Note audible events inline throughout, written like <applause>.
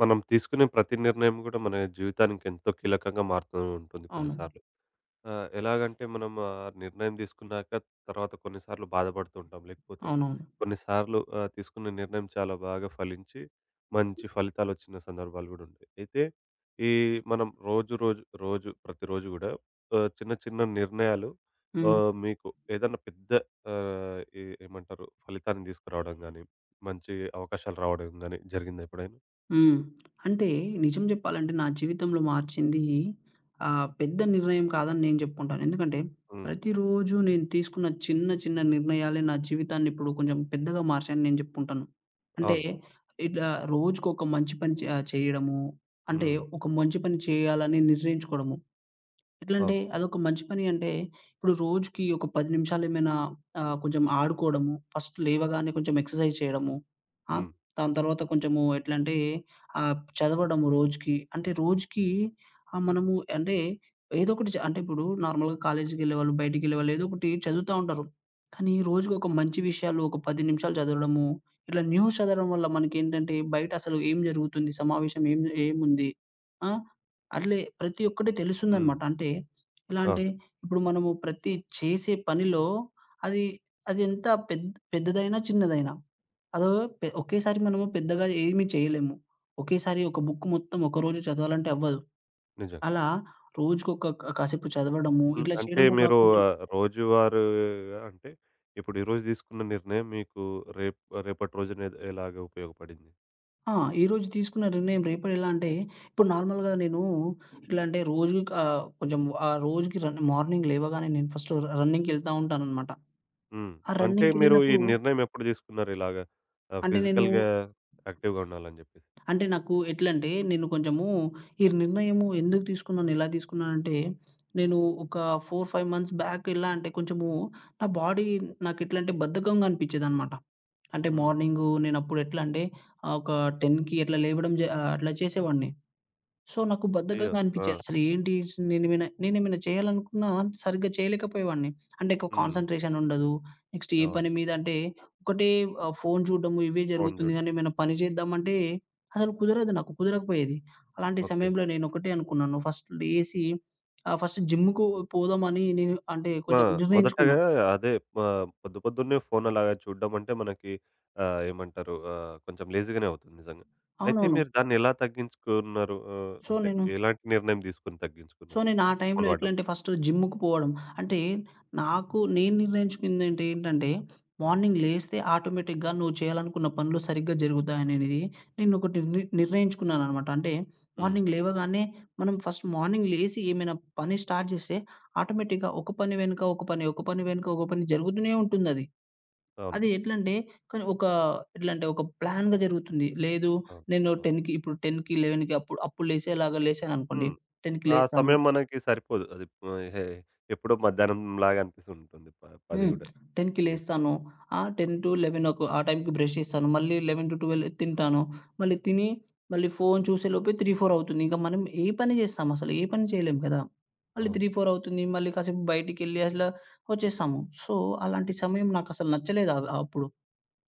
మనం తీసుకునే ప్రతి నిర్ణయం గూడా మన జీవితానికి ఎంతో కీలకంగా మారుతూ ఉంటుంది అవును. కొన్నిసార్లు. ఆ! ఎలాగంటే మనం ఆ నిర్ణయం తీసుకున్నాక తర్వాత కొన్నిసార్లు బాధపడుతూ ఉంటాం. లేకపోతే అవునవును. కొన్నిసార్లు తీసుకున్న నిర్ణయం చాలా బాగా ఫలించి మంచి ఫలితాలొచ్చిన సందర్భాలు గూడా ఉంటాయి. అయితే ఈ మనం రోజు రోజు రోజు ప్రతిరోజు గూడా చిన్న చిన్న నిర్ణయాలు, హ్మ్. మీకు ఏదన్నా పెద్ద ఏమంటారు ఫలితాన్ని తీసుకురావడం గానీ, మంచి అవకాశాలు రావడం గానీ జరిగిందా ఎప్పుడైనా? హ్మ్. అంటే నిజం జెప్పాలంటే నా జీవితంలో మార్చింది పెద్ద నిర్ణయం కాదని నేను జెప్పుకుంటాను. ఎందుకంటే హ్మ్. ప్రతిరోజు నేను తీసుకున్న చిన్న చిన్న నిర్ణయాలే నా జీవితాన్ని ఇప్పుడు కొంచెం పెద్దగా మార్చాయని నేను జెప్పుకుంటాను. అంటే అవును. ఇట్లా రోజుకొక మంచి పని చేయడము, అంటే హ్మ్. ఒక మంచి పని చేయాలని నిర్ణయించుకోవడము. ఎట్లంటే అవును. అదొక మంచి పని అంటే, ఇప్పుడు రోజుకి ఒక 10 నిమిషాలేమైనా కొంచెం ఆడుకోవడము, ఫస్ట్ లేవగానే కొంచెం ఎక్సర్‌సైజ్ చేయడము. ఆ! హ్మ్. దాని తర్వాత కొంచెము ఎట్లంటే చదవడము రోజుకి. అంటే రోజుకి మనము అంటే ఏదో ఒకటి చ అంటే ఇప్పుడు నార్మల్‌గా కాలేజీకెళ్ళేవాళ్ళు, బయటికెళ్ళేవాళ్ళు ఏదో ఒకటి చదువుతా ఉంటారు. కానీ రోజుకి ఒక మంచి విషయాలు ఒక 10 నిమిషాలు చదవడము, ఇట్లా న్యూస్ చదవడం వల్ల మనకేంటంటే బయట అసలు ఏం జరుగుతుంది, సమావేశం ఏం ఏముంది ఆ! అట్లే ప్రతి ఒక్కటి హ్మ్. తెలుస్తుందనమాట. అంటే ఎలా అవును. అంటే ఇప్పుడు మనము ప్రతి చేసే పనిలో అది అది ఎంత పెద్ పెద్దదైనా, చిన్నదైనా అదో పె ఒకేసారి మనము పెద్దగా ఏమి చేయలేము. ఒకేసారి ఒక బుక్ మొత్తం ఒకరోజు చదవాలంటే అవ్వదు. నిజంగా. అలా రోజుకొక కాసేపు చదవడము హ్మ్. ఇట్లా అంటే చేయడం వల్ల మీరు కొంచెం రోజువారీగా అంటే ఇప్పుడు ఈరోజు తీసుకున్న నిర్ణయం మీకు రేప్ రేపటి రోజున ఎలాగ ఉపయోగపడింది? ఆ! ఈరోజు తీసుకున్న నిర్ణయం రేపటి ఎలా అంటే ఇప్పుడు నార్మల్‌గా నేను ఎట్లా అంటే రోజు కొంచెం ఆ రోజుకి రన్ మార్నింగ్ లేవగానే నేను ఫస్ట్ రన్నింగ్‌కెళ్తా ఉంటాననమాట. హ్మ్. ఆ అంటే మీరు ఈ రన్నింగ్‌కెళ్ళినప్పుడు నిర్ణయం ఎప్పుడు తీసుకున్నారు ఇలాగ, అంటే నేను ఫిజికల్‌గా యాక్టివ్‌గా ఉండాలని జెప్పేసి? అంటే నాకు ఎట్లంటే, నేను కొంచెము ఈ నిర్ణయము ఎందుకు తీసుకున్నాను, ఎలా తీసుకున్నానంటే, నేను ఒక 4, 5 మంత్స్ బ్యాక్ ఎలా అంటే కొంచెము నా బాడీ నాకెట్లంటే బద్ధకంగా అనిపిచ్చేదనమాట. అంటే హ్మ్. మార్నింగు నేనప్పుడు ఎట్లా అంటే ఒక 10కి అట్లా అట్లా చేసేవాడిని. సో, నాకు అయ్యో! బద్ధకంగా ఆ! అనిపిచ్చేది. అసలు ఏంటి నేనేమైనా నేనేమైనా చేయాలనుకున్నా సరిగ్గా చేయలేకపోయేవాడిని. అంటే ఎక్కువ హ్మ్. కాన్సంట్రేషన్ ఉండదు. నెక్స్ట్ ఏ అవును. పని మీద అంటే ఒకటే ఫోను చూడడము ఇవే ఫోను జరుగుతుంది చూడడం. గానీ ఏమైనా పని చేద్దామంటే అసలు కుదరదు నాకు. కుదరకపోయేది. అలాంటి ఓకే. సమయంలో నేనొకటే అనుకున్నాను. ఫస్ట్ లేసి ఫస్ట్ జిమ్‌కు పోదామని నేను అంటే ఆ! కొంచెం మొదటగా నిర్ణయించుకున్నా. అదే, పొద్దు పొద్దున్నే ఫోన్ అలాగా చూడడం అంటే మనకి ఏమంటారు, కొంచెం లేజీగానే అవుతుంది నిజంగా. అయితే అవునవును. మీరు దాన్ని ఎలా తగ్గించుకున్నారు? సో, అంటే నేను ఎలాంటి నిర్ణయం తీసుకొని సో, తగ్గించుకున్నారు నేను ఆ టైంలో ఫోన్ వాడడం? ఎట్లంటే ఫస్ట్ జిమ్‌కి పోవడం. అంటే నాకు నేను నిర్ణయించుకుందేంటి ఏంటంటే, మార్నింగ్ లేస్తే ఆటోమేటిక్‌గా నువ్వు చేయాలనుకున్న పనులు సరిగ్గా జరుగుతాయనేది నేను ఒకటి ని నిర్ణయించుకున్నాననమాట. అంటే హ్మ్. మార్నింగ్ లేవగానే మనం ఫస్ట్ మార్నింగ్ లేసి ఏమైనా పని స్టార్ట్ చేస్తే ఆటోమేటిక్‌గా ఒక పని వెనుక ఒక పని, ఒక పని వెనుక ఒక పని జరుగుతూనే ఉంటుందది. అవును. అది అది ఎట్లంటే కానీ ఒక ఎట్లంటే ఒక ప్లాన్‌గా జరుగుతుంది. లేదు అవును. నేను అవును. 10కి ఇప్పుడు 10కి, 11కి అప్పుడు అప్పుడు లేసేలాగా లేసాననుకోండి. హ్మ్. 10కి ఆ లేస్తాను. సమయం మనకి సరిపోదు. అది హే ఎప్పుడో మధ్యాహ్నంలాగా అనిపిస్తుంటుంది. 10 హ్మ్. గూడా. 10కి హ్మ్. లేస్తాను. ఆ 10-11 ఒక ఆ టైంకి బ్రష్ చేస్తాను. మళ్ళీ 11-12 తింటాను. మళ్ళీ తిని, మళ్ళీ ఫోను చూసే లోపే 3, 4 అవుతుంది. ఇంక మనం ఏ పని చేస్తాం అసలు? ఏ పని చేయలేం కదా! మళ్ళీ అవును. 3, 4 అవుతుంది. మళ్ళీ కాసేపు బయటికెళ్ళి అట్లా వచ్చేస్తాము. సో, అలాంటి సమయం నాకసలు నచ్చలేదు అప్పుడు.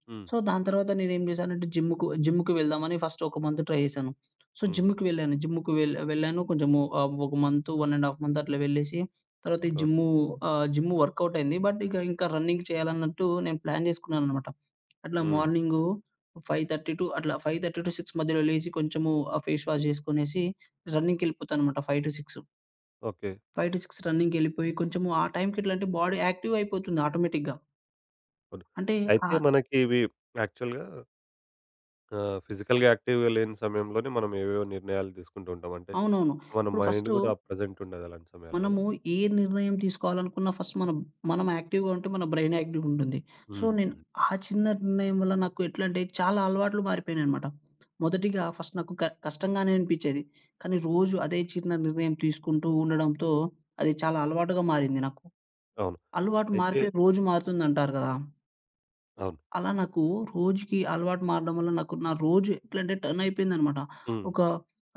హ్మ్. సో, దాని తర్వాత నేనేం చేశానంటే జిమ్‌కి వెళ్దామని ఫస్ట్ ఒక మంత్ ట్రై చేశాను. సో, హ్మ్. జిమ్‌కి వెళ్ళాను. జిమ్‌కి వెళ్ వెళ్ళాను. కొంచెము ఒక మంత్, 1 ½ మంత్ అట్లా వెళ్ళేసి తర్వాత ఈ ఓకే. జిమ్ వర్కౌట్ అయింది. బట్ ఇక ఇంకా రన్నింగ్ చేయాలన్నట్టు నేను ప్లాన్ చేసుకున్నాననమాట. అట్లా హ్మ్. మార్నింగు 5:30 టు అట్లా 5:30-6 మధ్యలో లేసి కొంచెము ఫేస్ వాష్ చేసుకునేసి రన్నింగ్‌కెళ్ళిపోతాననమాట 5-6. ఓకే. 5-6 రన్నింగ్‌కెళ్ళిపోయి కొంచెము ఆ టైంకి ఎట్లా అంటే బాడీ యాక్టివ్ అయిపోతుంది ఆటోమేటిక్‌గా. అవును. అంటే అయితే ఆహ్ మనకి ఇవి యాక్చువల్‌గా, ఆ! ఫిజికల్‌గా యాక్టివ్‌గా లేని సమయంలోనే మనం ఏవేవో నిర్ణయాలు తీసుకుంటూ ఉంటాం. అంటే అవునవును. మన ఇప్పుడు మైండ్ ఫస్టు గూడా ప్రెజెంట్ ఉండదు అలాంటి సమయాల్లో గదా! మనము ఏ నిర్ణయం తీసుకోవాలనుకున్నా ఫస్ట్ మనం మనం యాక్టివ్‌గా ఉంటే మన బ్రైన్ యాక్టివ్‌గా ఉంటుంది. సో, హ్మ్. నేను హ్మ్. ఆ చిన్న నిర్ణయం వల్ల నాకు ఎట్లా అంటే చాలా అలవాట్లు మారిపోయినాయనమాట. మొదటిగా ఫస్ట్ నాకు కష్టంగానే అనిపిచ్చేది. కానీ రోజు అదే చిన్న నిర్ణయం తీసుకుంటూ ఉండడంతో అది చాలా అలవాటుగా మారింది నాకు. అవును. అలవాటు అయితే మారితే రోజు మారుతుందంటారు కదా! అవును. అలా నాకు రోజుకి అలవాటు మారడం వల్ల నాకు నా రోజు ఎట్లంటే టర్న్ అయిపోయిందనమాట. హ్మ్. ఒక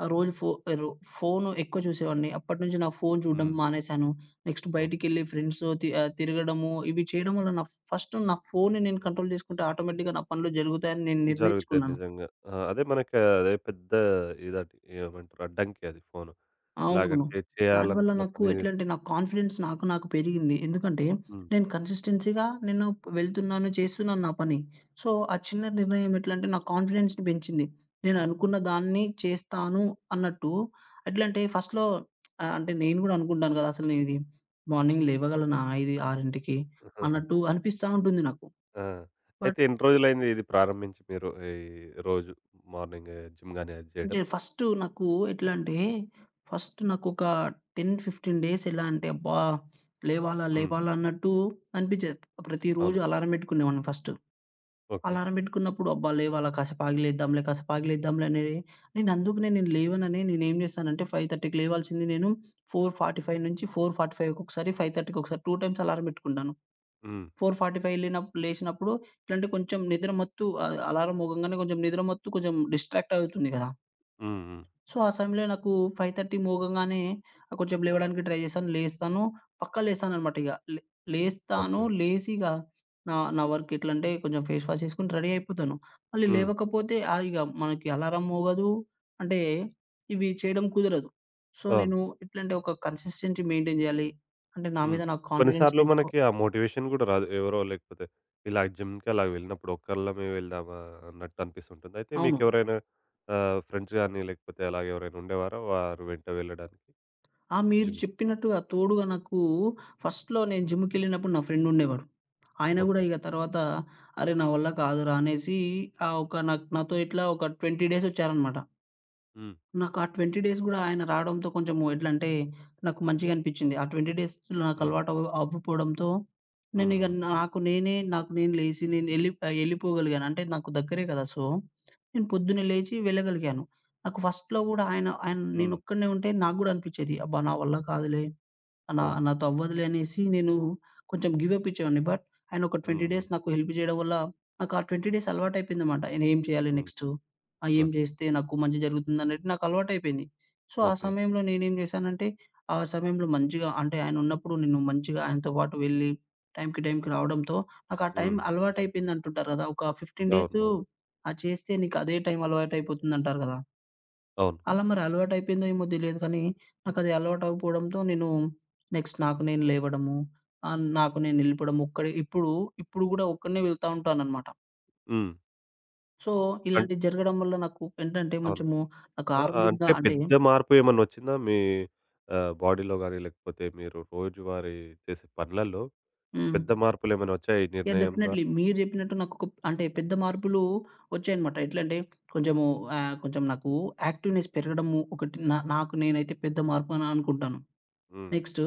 ఆ రోజు ఫో రో ఫోను ఎక్కువ చూసేవాడిని. అప్పటినుంచి నా ఫోను చూడడం హ్మ్. మానేశాను. నెక్స్ట్ అవును. బయటికెళ్ళి ఫ్రెండ్స్‌తో తిరగడము, ఇవి చేయడం వల్ల నా ఫస్ట్ నా ఫోన్‌ని నేను కంట్రోల్ చేసుకుంటే ఆటోమేటిక్‌గా నా పనులు జరుగుతాయని నేను జరుగుతాయి నిర్ణయించుకున్నాను. నిజంగా. ఆ! అదే మనకు అదే పెద్ద ఇదండి, ఏమంటారు అడ్డంకి అది ఫోను. అవునవును. ఎలాగంటే దానివల్ల చేయాలనుకున్న నాకు పని. ఎట్లంటే నా కాన్ఫిడెన్స్ నాకు నాకు పెరిగింది. ఎందుకంటే హ్మ్. నేను కన్సిస్టెన్సీగా నేను వెళ్తున్నాను, చేస్తున్నాను నా పని. సో, ఆ చిన్న నిర్ణయం ఎట్లంటే నా కాన్ఫిడెన్స్‌ని పెంచింది. నేను అనుకున్న దాన్ని చేస్తాను అన్నట్టు ఎట్లంటే ఫస్ట్‌లో అంటే నేను గూడా అనుకుంటాను గదా! అసలు నేను ఇది మార్నింగ్ లేవగలనా ఇది 6కి అన్నట్టు <laughs> అనిపిస్తా ఉంటుంది నాకు. ఆ! బట్ అయితే ఎన్ని రోజులైంది ఇది ప్రారంభించి మీరు ఈ రోజు మార్నింగ్ జిమ్ గాని అది జేయడం? అంటే ఫస్టు నాకు ఎట్లా అంటే, ఫస్ట్ నాకొక 10, 15 డేస్ ఎలా అంటే, అబ్బా! లేవాలా, హ్మ్. లేవాలా అన్నట్టు అనిపించేది. ప్రతిరోజు అవును. అలారం పెట్టుకునేవాడిని ఫస్టు. ఓకే. అలారం పెట్టుకున్నప్పుడు అబ్బా! లేవాలా కాసేపు ఆగి లేద్దాంలే, కాసేపు ఆగి లేద్దాంలే అని అందుకనే నేను లేవనని నేనేం చేశానంటే 5:30కి లేవాల్సింది నేను 4:45 ఒక్కొక్కసారి, 5:30కి ఒకసారి 2 టైమ్స్ అలారం పెట్టుకుంటాను. హ్మ్. 4:45 లేనప్పుడు లేసినప్పుడు ఎట్లంటే కొంచెం నిద్ర మత్తు ఆహ్, అలారం మోగంగానే కొంచెం నిద్ర మత్తు కొంచెం డిస్ట్రాక్ట్ అవుతుంది కదా! హ్మ్. హ్మ్. సో, ఆ సమయంలో నాకు 5:30 మోగంగానే కొంచెం లేవడానికి ట్రై చేశాను. లేస్తాను. పక్కా లేస్తాననమాట ఇగ. లేస్తాను. ఓకే. లేసి ఇగ నా నా వర్క్ ఎట్లంటే కొంచెం ఫేస్ వాష్ చేసుకొని రెడీ అయిపోతాను. మళ్ళీ హ్మ్. లేవకపోతే ఇగ మనకి అలారం మోగదు. అంటే ఇవి చేయడం కుదరదు. సో, అవును. నేను ఎట్లంటే ఒక కన్సిస్టెన్సీ మెయింటైన్ జేయాలి. అంటే నా హ్మ్. మీద నాకు కాన్ఫిడెన్స్ కొన్నిసార్లు పెంచుకో మనకి ఆ మోటివేషన్ గూడా రాదు. ఎవరో లేకపోతే ఇలా జిమ్‌కి అలా వెళ్ళినప్పుడు ఒక్కళ్ళమే వెళ్దామా అన్నట్టు అనిపిస్తుంటుంది. అయితే అవును. మీకెవరైనా, ఫ్రెండ్స్ గాని లేకపోతే అలాగ ఎవరైనా ఉండేవారా వారు వెంట వెళ్ళడానికి ఆ! మీరు జిమ్? చెప్పినట్టుగా తోడుగా నాకు ఫస్ట్‌లో నేను జిమ్‌కెళ్ళినప్పుడు నా ఫ్రెండ్ ఉండేవాడు. ఆయన గూడా ఓకే. ఇగ తర్వాత అరే! నా వల్ల కాదురా అనేసి ఆహ్, ఒక నాకు నాతో ఇట్లా ఒక 20 డేస్ వచ్చారనమాట. హ్మ్. నాకు ఆ 20 డేస్ గూడా ఆయన రావడంతో కొంచెము ఎట్లంటే, నాకు మంచిగా అనిపిచ్చింది. ఆ 20 డేస్‌లో నాకు హ్మ్. అలవాటు అవ్వ అవ్వకపోవడంతో, హ్మ్. నేనిగ హ్మ్. నాకు నేను లేసి నేను ఎళ్ళిపోగలిగాను. అంటే నాకు దగ్గరే కదా! సో, నేను పొద్దున్నే లేచి వెళ్ళగలిగాను. నాకు ఫస్ట్‌లో గూడా ఆయన ఆయన హ్మ్. నేనొక్కడినే ఉంటే నాకు గూడా అనిపిచ్చేది. అబ్బా! నా వల్ల ఓకే. కాదులే ఆ! నాతో అవ్వదులే అనేసి నేను కొంచెం గివ్ అప్ ఇచ్చేవాడిని. బట్ ఆయన ఒక హ్మ్. 20 హ్మ్. డేస్ నాకు హెల్ప్ చేయడం వల్ల నాకు ఆ 20 డేస్ అలవాటయిపోయిందన్నమాట. నేను ఏం చేయాలి హ్మ్. నెక్స్ట్? ఏం ఓకే. చేస్తే నాకు మంచి జరుగుతుందనేది నాకు అలవాటయిపోయింది. సో, ఆ ఓకే. సమయంలో నేనేం చేశానంటే, ఆ సమయంలో మంచిగా అంటే ఆయన ఉన్నప్పుడు నేను మంచిగా ఆయనతో పాటు వెళ్ళి టైంకి రావడంతో నాకు ఆ టైం హ్మ్. అలవాటయిపోయిందంటుంటారు కదా! ఒక 15 అవును. డేసు అవును. చేస్తే నీకు అదే టైం అలవాటయిపోతుందంటారు కదా! అవును. అలా మరి అలవాటయిపోయిందో ఏమో తెలీదు కానీ, నాకది అలవాటవ్వకపోవడంతో నేను నెక్స్ట్ నాకు నేను లేవడము, నాకు నేను నిలపడం ఒక్కడే ఇప్పుడు, ఇప్పుడు గూడా ఒక్కడినే వెళ్తా ఉంటాననమాట. హ్మ్. సో, అన్ ఇలాంటివి జరగడం వల్ల నాకు ఏంటంటే అవును. కొంచెము నాకు ఆ! ఆ, ఆరోగ్యంగా అంటే అంటే పెద్ద మార్పు ఏమన్నొచ్చిందా మీ బాడీలో గాని లేకపోతే మీరు రోజువారీ చేసే పనులలో? హ్మ్. పెద్ద మార్పులేమైనా వచ్చాయి ఈ యాహ్! నిర్ణయం డెఫినైట్‌లీ ద్వారా? మీరు జెప్పినట్టు నాకొక అంటే పెద్ద మార్పులు ఒచ్చాయనమాట. ఎట్లంటే కొంచెము కొంచెం నాకు యాక్టివ్‌నెస్ పెరగడము ఒకటి నాకు నేనైతే పెద్ద మార్పని అనుకుంటాను. హ్మ్. నెక్స్ట్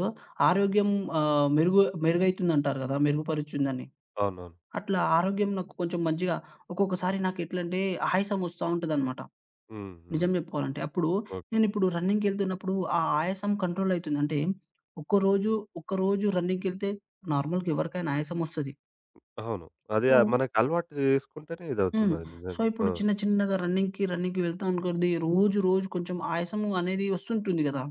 ఆరోగ్యం ఆహ్, మెరుగు మెరుగైతుందంటారు గదా! మెరుగుపరుచుందని. అవునవును. అట్లా ఆరోగ్యం నాకు కొంచెం మంచిగా ఒక్కొక్కసారి నాకెట్లంటే ఆయాసం ఒస్తా ఉంటదనమాట. హ్మ్. హ్మ్. నిజం జెప్పుకోవాలంటే. అప్పుడు ఓకే. నేనిప్పుడు రన్నింగ్‌కెళ్తున్నప్పుడు ఆ ఆయాసం కంట్రోల్ అయితుంది. అంటే ఒక్కరోజు, ఒక్కరోజు రన్నింగ్‌కెళ్తే నార్మల్‌గా ఎవరికైనా ఆయాసం ఒస్తది. అవును. అది సో మనకు అలవాటు చేసుకుంటేనే హ్మ్. ఇదవుతుందది సో, నిజంగా. ఆ! ఇప్పుడు చిన్న చిన్నగా రన్నింగ్‌కి వెళ్తాం అనుకోండి. రోజు, రోజు కొంచెం ఆయాసము అనేది వస్తుంటుంది గదా!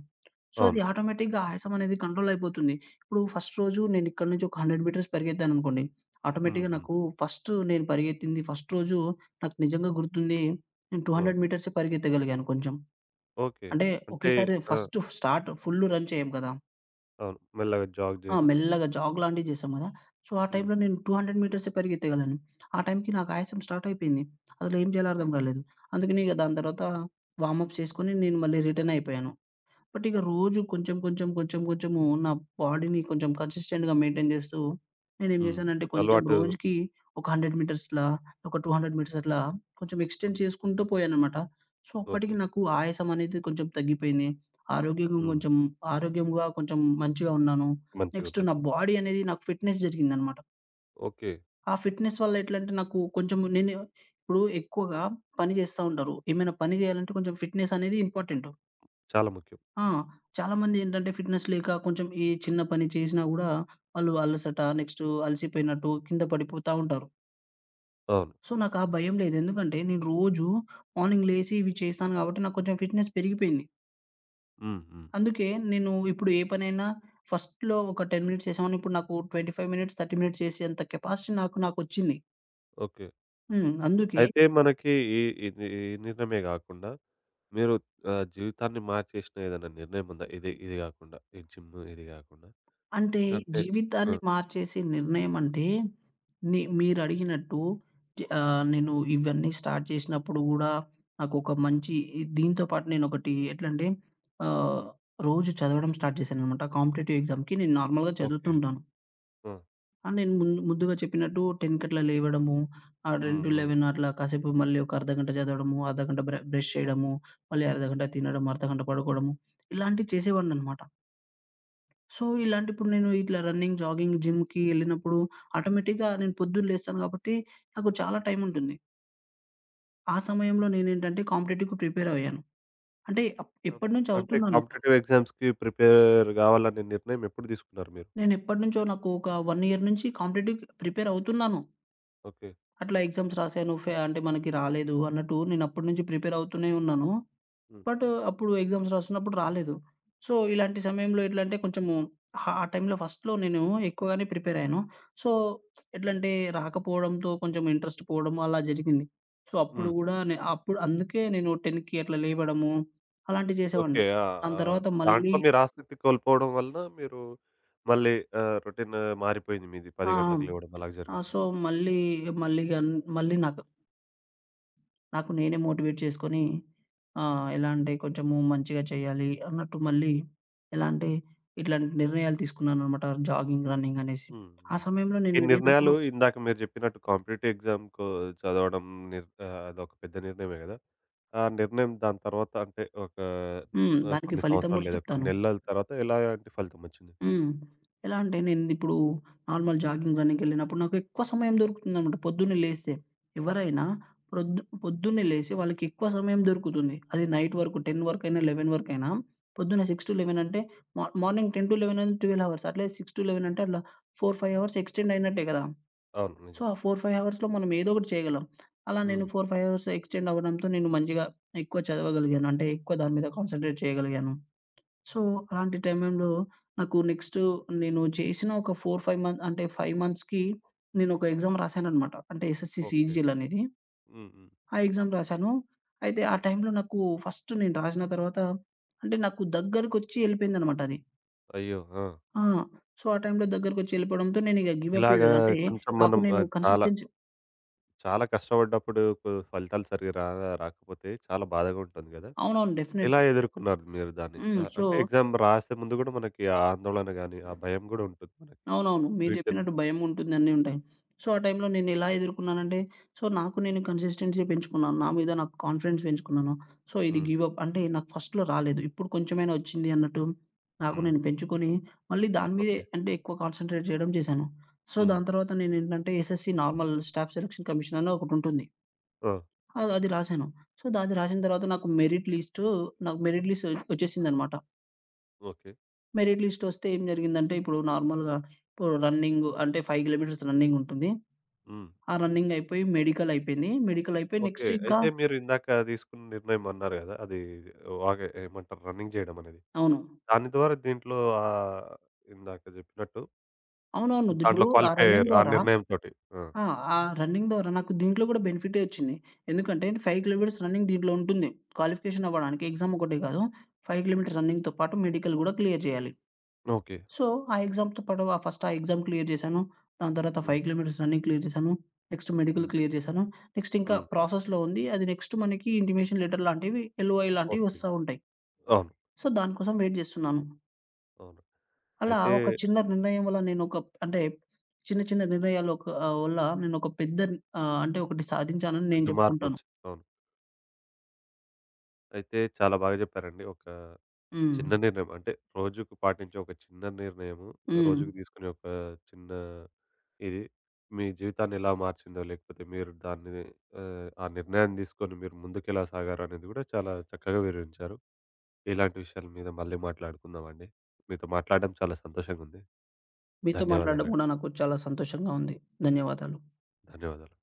సో, అది అవును. ఆటోమేటిక్‌గా ఆయాసం అనేది కంట్రోల్ అయిపోతుంది. ఇప్పుడు ఫస్ట్ రోజు నేను ఇక్కడి నుంచి ఒక 100 మీటర్స్ పరిగెత్తాననుకోండి. హ్మ్. ఆటోమేటిక్‌గా హ్మ్. నాకు ఫస్ట్ నేను పరిగెత్తింది ఫస్ట్ రోజు నాకు నిజంగా గుర్తుంది. నేను ఆ! 200 మీటర్సే పరిగెత్తగలిగాను కొంచెం. ఓకే. అంటే అంటే ఒకేసారి ఆ! ఫస్ట్ స్టార్ట్ ఫుల్ రన్ చేయం కదా! అవును. మెల్లగా జాగ్ ఆ! చేస్తూ. మెల్లగా జాగ్ లాంటివి చేశాం గదా! సో, ఆ హ్మ్. టైంలో నేను 200 మీటర్సే పరిగెత్తగలను. ఆ టైంకి నాకు ఆయాసం స్టార్ట్ అయిపోయింది. అసలు ఏం చేయాలో అర్థం కాలేదు. అందుకని ఇక దాని తర్వాత వార్మప్ చేసుకొని నేను మళ్ళీ రిటర్న్ అయిపోయాను. బట్ ఇక రోజు కొంచెం, కొంచెం, కొంచెం, కొంచెము నా బాడీని కొంచెం కన్సిస్టెంట్‌గా మెయింటైన్ జేస్తూ నేనేం హ్మ్. జేశానంటే కొంచెం అలవాటు. రోజుకి ఒక 100 మీటర్స్‌లా, ఒక 200 మీటర్స్ అట్లా కొంచెం ఎక్స్‌టెండ్ చేసుకుంటూ పోయానన్నమాట. సో, అప్పటికి ఓకే. నాకు ఆయాసం అనేది కొంచెం తగ్గిపోయింది. ఆరోగ్యంగా హ్మ్. కొంచెం ఆరోగ్యంగా కొంచెం మంచిగా ఉన్నాను. నెక్స్ట్ నా మంచిగున్నారు. బాడీ అనేది నాకు ఫిట్‌నెస్ జరిగిందన్నమాట. ఓకే. ఆ ఫిట్‌నెస్ వల్ల ఎట్లంటే నాకు కొంచెం నేను ఇప్పుడు ఎక్కువగా పని జేస్తా ఉంటారు. ఏమైనా పని జేయాలంటే కొంచెం ఫిట్‌నెస్ అనేది ఇంపార్టెంట్. చాలా ముఖ్యం. ఆ! చాలామంది ఏంటంటే ఫిట్‌నెస్ లేక కొంచెం ఈ చిన్న పని చేసినా గూడా వాళ్ళు అలసట, నెక్స్ట్ అలసిపోయినట్టు కింద పడిపోతా ఉంటారు. అవును. సో, నాకు ఆ భయం లేదు. ఎందుకంటే నేను రోజు మార్నింగ్ లేసి ఇవి చేస్తాను గాబట్టి నాకు కొంచెం ఫిట్‌నెస్ పెరిగిపోయింది. హ్మ్. హ్మ్. అందుకే నేను ఇప్పుడు ఏ పనైనా ఫస్ట్‌లో ఒక 10 మినిట్స్ చేసేవాడిని. ఇప్పుడు నాకు 25 మినిట్స్, 30 మినిట్స్ చేసేంత కెపాసిటీ నాకొచ్చింది. ఓకే. హ్మ్. అందుకే అయితే మనకి ఈ ఇది ఈ నిర్ణయమే గాకుండా మీరు జీవితాన్ని మార్చేసిన ఏదైనా నిర్ణయం ఉందా? ఇది ఇది గాకుండా ఈ జిమ్ ఇది గాకుండా? అంటే అంటే ఆ! జీవితాన్ని మార్చేసే నిర్ణయం అంటే, మీరడిగినట్టు నేను ఇవన్నీ స్టార్ట్ చేసినప్పుడు గూడా నాకొక మంచి దీంతో పాటు నేనొకటి ఎట్లంటే ఆహ్, రోజు చదవడం స్టార్ట్ చేశాననమాట. కాంపిటేటివ్ ఎగ్జామ్‌కి నేను నార్మల్‌గా ఓకే. చదువుతుంటాను. ఆ! అండ్ నేను ముందుగా చెప్పినట్టు 10కి అట్లా లేవడము, హ్మ్. హ్మ్. 10-11 అట్లా కాసేపు మళ్ళీ ఒక అర్ధగంట చదవడము, అర్ధగంట బ్రష్ చేయడము, మళ్ళీ అర్ధగంట తినడం, అర్ధగంట పడుకోవడము, ఇలాంటివి చేసేవాడిననమాట. సో, ఇప్పుడు నేను ఇట్లా రన్నింగ్, జాగింగ్, జిమ్‌కి ఎళ్ళినప్పుడు ఆటోమేటిక్‌గా నేను పొద్దున్న లేస్తాను కాబట్టి నాకు చాలా టైం ఉంటుంది. ఆ సమయంలో నేనేంటంటే కాంపిటేటివ్‌కి ప్రిపేర్ అయ్యాను. అంటే అం ఎప్పటినుంచో అంటే, హ్మ్. అవుతున్నాను. కాంపిటీటివ్ ఎగ్జామ్స్‌కి ప్రిపేర్ గావాలనే నిర్ణయం ఎప్పుడు తీసుకున్నారు మీరు? నేను ఎప్పటినుంచో నాకు ఒక 1 ఇయర్ నుంచి కాంపిటేటివ్‌కి ప్రిపేర్ అవుతున్నాను. ఓకే. అట్లా ఎగ్జామ్స్ రాసాను. అంటే మనకి రాలేదు అన్నట్టు నేను అప్పటినుంచి ప్రిపేర్ అవుతూనే ఉన్నాను. హ్మ్. బట్ అప్పుడు ఎగ్జామ్స్ రాస్తున్నప్పుడు రాలేదు. సో, ఇలాంటి సమయంలో ఎట్లంటే కొంచెము ఆ ఆ టైంలో ఫస్ట్‌లో నేను ఎక్కువగానే ప్రిపేర్ అయ్యాను. సో, ఎట్లంటే రాకపోవడంతో కొంచెం ఇంట్రెస్ట్ పోవడం అలా జరిగింది. సో, అప్పుడు హ్మ్. గూడా నే అప్పుడు అందుకే నేను 10కి అట్లా లేవడము అలాంటివి ఓకే. చేసేవాడిని. ఆ! దాని ఆ! తర్వాత మళ్ళీ దాంట్లో మీరు ఆసక్తి కోల్పోవడం వలన మీరు మళ్ళీ, రొటీన్ మారిపోయింది మీది. 10 ఆ! గంటలకు లేవడం అలాగ ఆ! జరిగింది. సో, మళ్ళీ మళ్ళీ గన్ మళ్ళీ నాకు నాకు నేనే మోటివేట్ చేసుకొని ఎలా అంటే కొంచెము మంచిగా చేయాలి అన్నట్టు మళ్ళీ ఎలా అంటే ఇట్లాంటి నిర్ణయాలు తీసుకున్నాననమాట. జాగింగ్, రన్నింగ్ అనేసి. హ్మ్. ఆ హ్మ్. సమయంలో ఈ నేను నిర్ణయాలు వెళ్ళినప్పుడు ఇందాక మీరు జెప్పినట్టు కాంపిటీటివ్ ఎగ్జామ్‌కు చదవడం, అదొక పెద్ద నిర్ణయమే గదా! ఆ నిర్ణయం దాని తర్వాత అంటే ఒక, హ్మ్. దానికి కొన్ని ఫలితం సంవత్సరాలు గూడా లేదా కొన్ని చెప్తాను. నెలల తర్వాత ఎలాంటి ఫలితం ఒచ్చింది? హ్మ్. ఎలా అంటే నేనిప్పుడు నార్మల్ జాగింగ్, రన్నింగ్‌కెళ్ళినప్పుడు నాకు ఎక్కువ సమయం దొరుకుతుందనమాట పొద్దున్నే లేస్తే. ఎవరైనా ప్రొద్దు పొద్దున్నే లేసి వాళ్ళకి ఎక్కువ సమయం దొరుకుతుంది. అది నైట్ వరకు 10 వరకైనా, 11 వరకైనా పొద్దున్న 6-11 అంటే మా మార్నింగ్ 10-11 అంటే 12 అవర్స్. అట్లే 6-11 అంటే అట్లా 4, 5 అవర్స్ ఎక్స్‌టెండ్ అయినట్టే కదా! అవును. సో, నిజం. ఆ 4, 5 అవర్స్‌లో మనం ఏదో ఒకటి చేయగలం. అలా నేను హ్మ్. 4, 5 అవర్స్ ఎక్స్‌టెండ్ అవ్వడంతో నేను మంచిగా ఎక్కువ చదవగలిగాను. అంటే ఎక్కువ దాని మీద కాన్సంట్రేట్ చేయగలిగాను. సో, అలాంటి టైంలో నాకు నెక్స్టు నేను చేసిన ఒక 4, 5 మంత్ అంటే 5 మంత్స్‌కి నేనొక ఎగ్జామ్ రాశాననమాట. అంటే ఎస్ఎస్‌సి ఓకే. సీజీఎల్ అనేది. హ్మ్. హ్మ్. ఆ ఎగ్జామ్ రాశాను. అయితే ఆ టైంలో నాకు ఫస్ట్ నేను రాసిన తర్వాత అంటే నాకు దగ్గరకొచ్చి ఎళ్ళిపోయిందనమాట అది. అయ్యో! ఆ! ఆ! సో, ఆ టైంలో దగ్గరకొచ్చి ఎళ్ళిపోవడంతో నేనిక గివ్ అప్ ఇలాగా ఇయలేదు. అంటే కొంచెం నాకు మనం, నేను చాలా, కన్సిస్టెన్సీ చాలా కష్టపడ్డప్పుడు కు ఫలితాలు సరిగ్గా రాకపోతే చాలా బాధగా ఉంటుంది గదా! అవునవును. ఎలా డెఫినెట్‌లీ. ఎదుర్కొన్నారు మీరు దాన్ని? హ్మ్. సో అంటే ఎగ్జామ్ రాసే ముందు గూడా మనకి ఆ ఆందోళన గాని, ఆ భయం గూడా ఉంటుంది మనకి. అవునవును. మీరు వీటిని. జెప్పినట్టు భయం ఉంటుంది. అన్నీ ఉంటాయి. సో, ఆ టైంలో నేనెలా ఎదుర్కున్నానంటే, సో, నాకు నేను కన్సిస్టెన్సీ పెంచుకున్నాను. నా మీద నాకు కాన్ఫిడెన్స్ పెంచుకున్నాను. సో, ఇది హ్మ్. గివ్ అప్ అంటే నాకు ఫస్ట్‌లో రాలేదు. ఇప్పుడు కొంచెమైనా వచ్చింది అన్నట్టు నాకు హ్మ్. నేను పెంచుకొని, మళ్ళీ దాని మీదే ఓకే. అంటే ఎక్కువ కాన్సంట్రేట్ జేయడం చేశాను. సో, హ్మ్. దాని తర్వాత నేనేంటంటే SSC normal staff selection commission అని ఒకటుంటుంది. ఆ! అది అది రాశాను. సో, అది రాసిన తర్వాత నాకు మెరిట్ లిస్టు నాకు మెరిట్ లిస్ట్ వచ్చేసిందనమాట. ఓకే. మెరిట్ లిస్ట్ వస్తే ఏం జరిగిందంటే, ఇప్పుడు నార్మల్‌గా ఇప్పుడు రన్నింగ్ అంటే 5 కిలోమీటర్స్ రన్నింగ్ ఉంటుంది. హ్మ్. ఆ రన్నింగ్ అయిపోయి మెడికల్ అయిపోయింది. మెడికల్ అయిపోయి ఓకే. నెక్స్ట్ ఇంకా అయితే మీరు ఇందాక తీసుకున్న నిర్ణయం అన్నారు గదా! అది ఏమంటారు రన్నింగ్ జేయడం అనేది. అవును. దాని ద్వారా దీంట్లో, ఆహ్, ఇందాక జెప్పినట్టు అవునవును. దాంట్లో ఇప్పుడు ఆ క్వాలిఫై రన్నింగ్ అయ్యారు. ఆ ద్వారా నిర్ణయంతోటి. ఆ! ఆ! ఆ రన్నింగ్ ద్వారా నాకు దీంట్లో కూడా బెనిఫిటే వచ్చింది. ఎందుకంటే 5 కిలోమీటర్స్ రన్నింగ్ దీంట్లో ఉంటుంది. క్వాలిఫికేషన్ అవ్వడానికి ఎగ్జామ్ ఒకటే కాదు. 5 కిలోమీటర్స్ రన్నింగ్‌తో పాటు మెడికల్ కూడా క్లియర్ చేయాలి. ఓకే. సో, ఆ ఎగ్జామ్‌తో పాటు ఆ ఎగ్జామ్ క్లియర్ చేశాను. దాని తర్వాత హ్మ్. 5 కిలోమీటర్స్ రన్నింగ్ క్లియర్ చేశాను. నెక్స్ట్ మెడికల్ హ్మ్. క్లియర్ చేశాను. నెక్స్ట్ ఇంకా హ్మ్. ప్రాసెస్‌లో ఉంది. అది నెక్స్ట్ మనకి ఇంటిమేషన్ లెటర్ లాంటివి, ఎల్‌ఓఐ లాంటివి వస్తుంది. వస్తా ఉంటాయి. అవును. సో, దాని కోసం వెయిట్ చేస్తున్నాను. అవును. అలా అయితే ఒక చిన్న నిర్ణయం వల్ల నేను ఒక అంటే చిన్న చిన్న నిర్ణయాలు ఒక వల్ల నేను ఒక పెద్ద అంటే ఒకటి సాధించానని పెద్ద నేను చెప్పుకుంటాను. మార్పొచ్చింది. అవును. అయితే చాలా బాగా చెప్పారండి. ఒక హ్మ్. చిన్న నిర్ణయం అంటే రోజుకు పాటించే ఒక చిన్న నిర్ణయము, హ్మ్. రోజుకు తీసుకునే ఒక చిన్న ఇది మీ జీవితాన్ని ఎలా మార్చిందో, లేకపోతే మీరు దాన్ని, ఆ నిర్ణయాన్ని తీసుకొని మీరు ముందుకెలా సాగారు అనేది కూడా చాలా చక్కగా వివరించారు. ఇలాంటి విషయాల మీద మళ్ళీ మాట్లాడుకుందామండి. మీతో మాట్లాడడం చాలా సంతోషంగా ఉంది. మీతో మాట్లాడడం ధన్యవాదాలండి. కూడా నాకు చాలా సంతోషంగా ఉంది. ధన్యవాదాలు. ధన్యవాదాలు.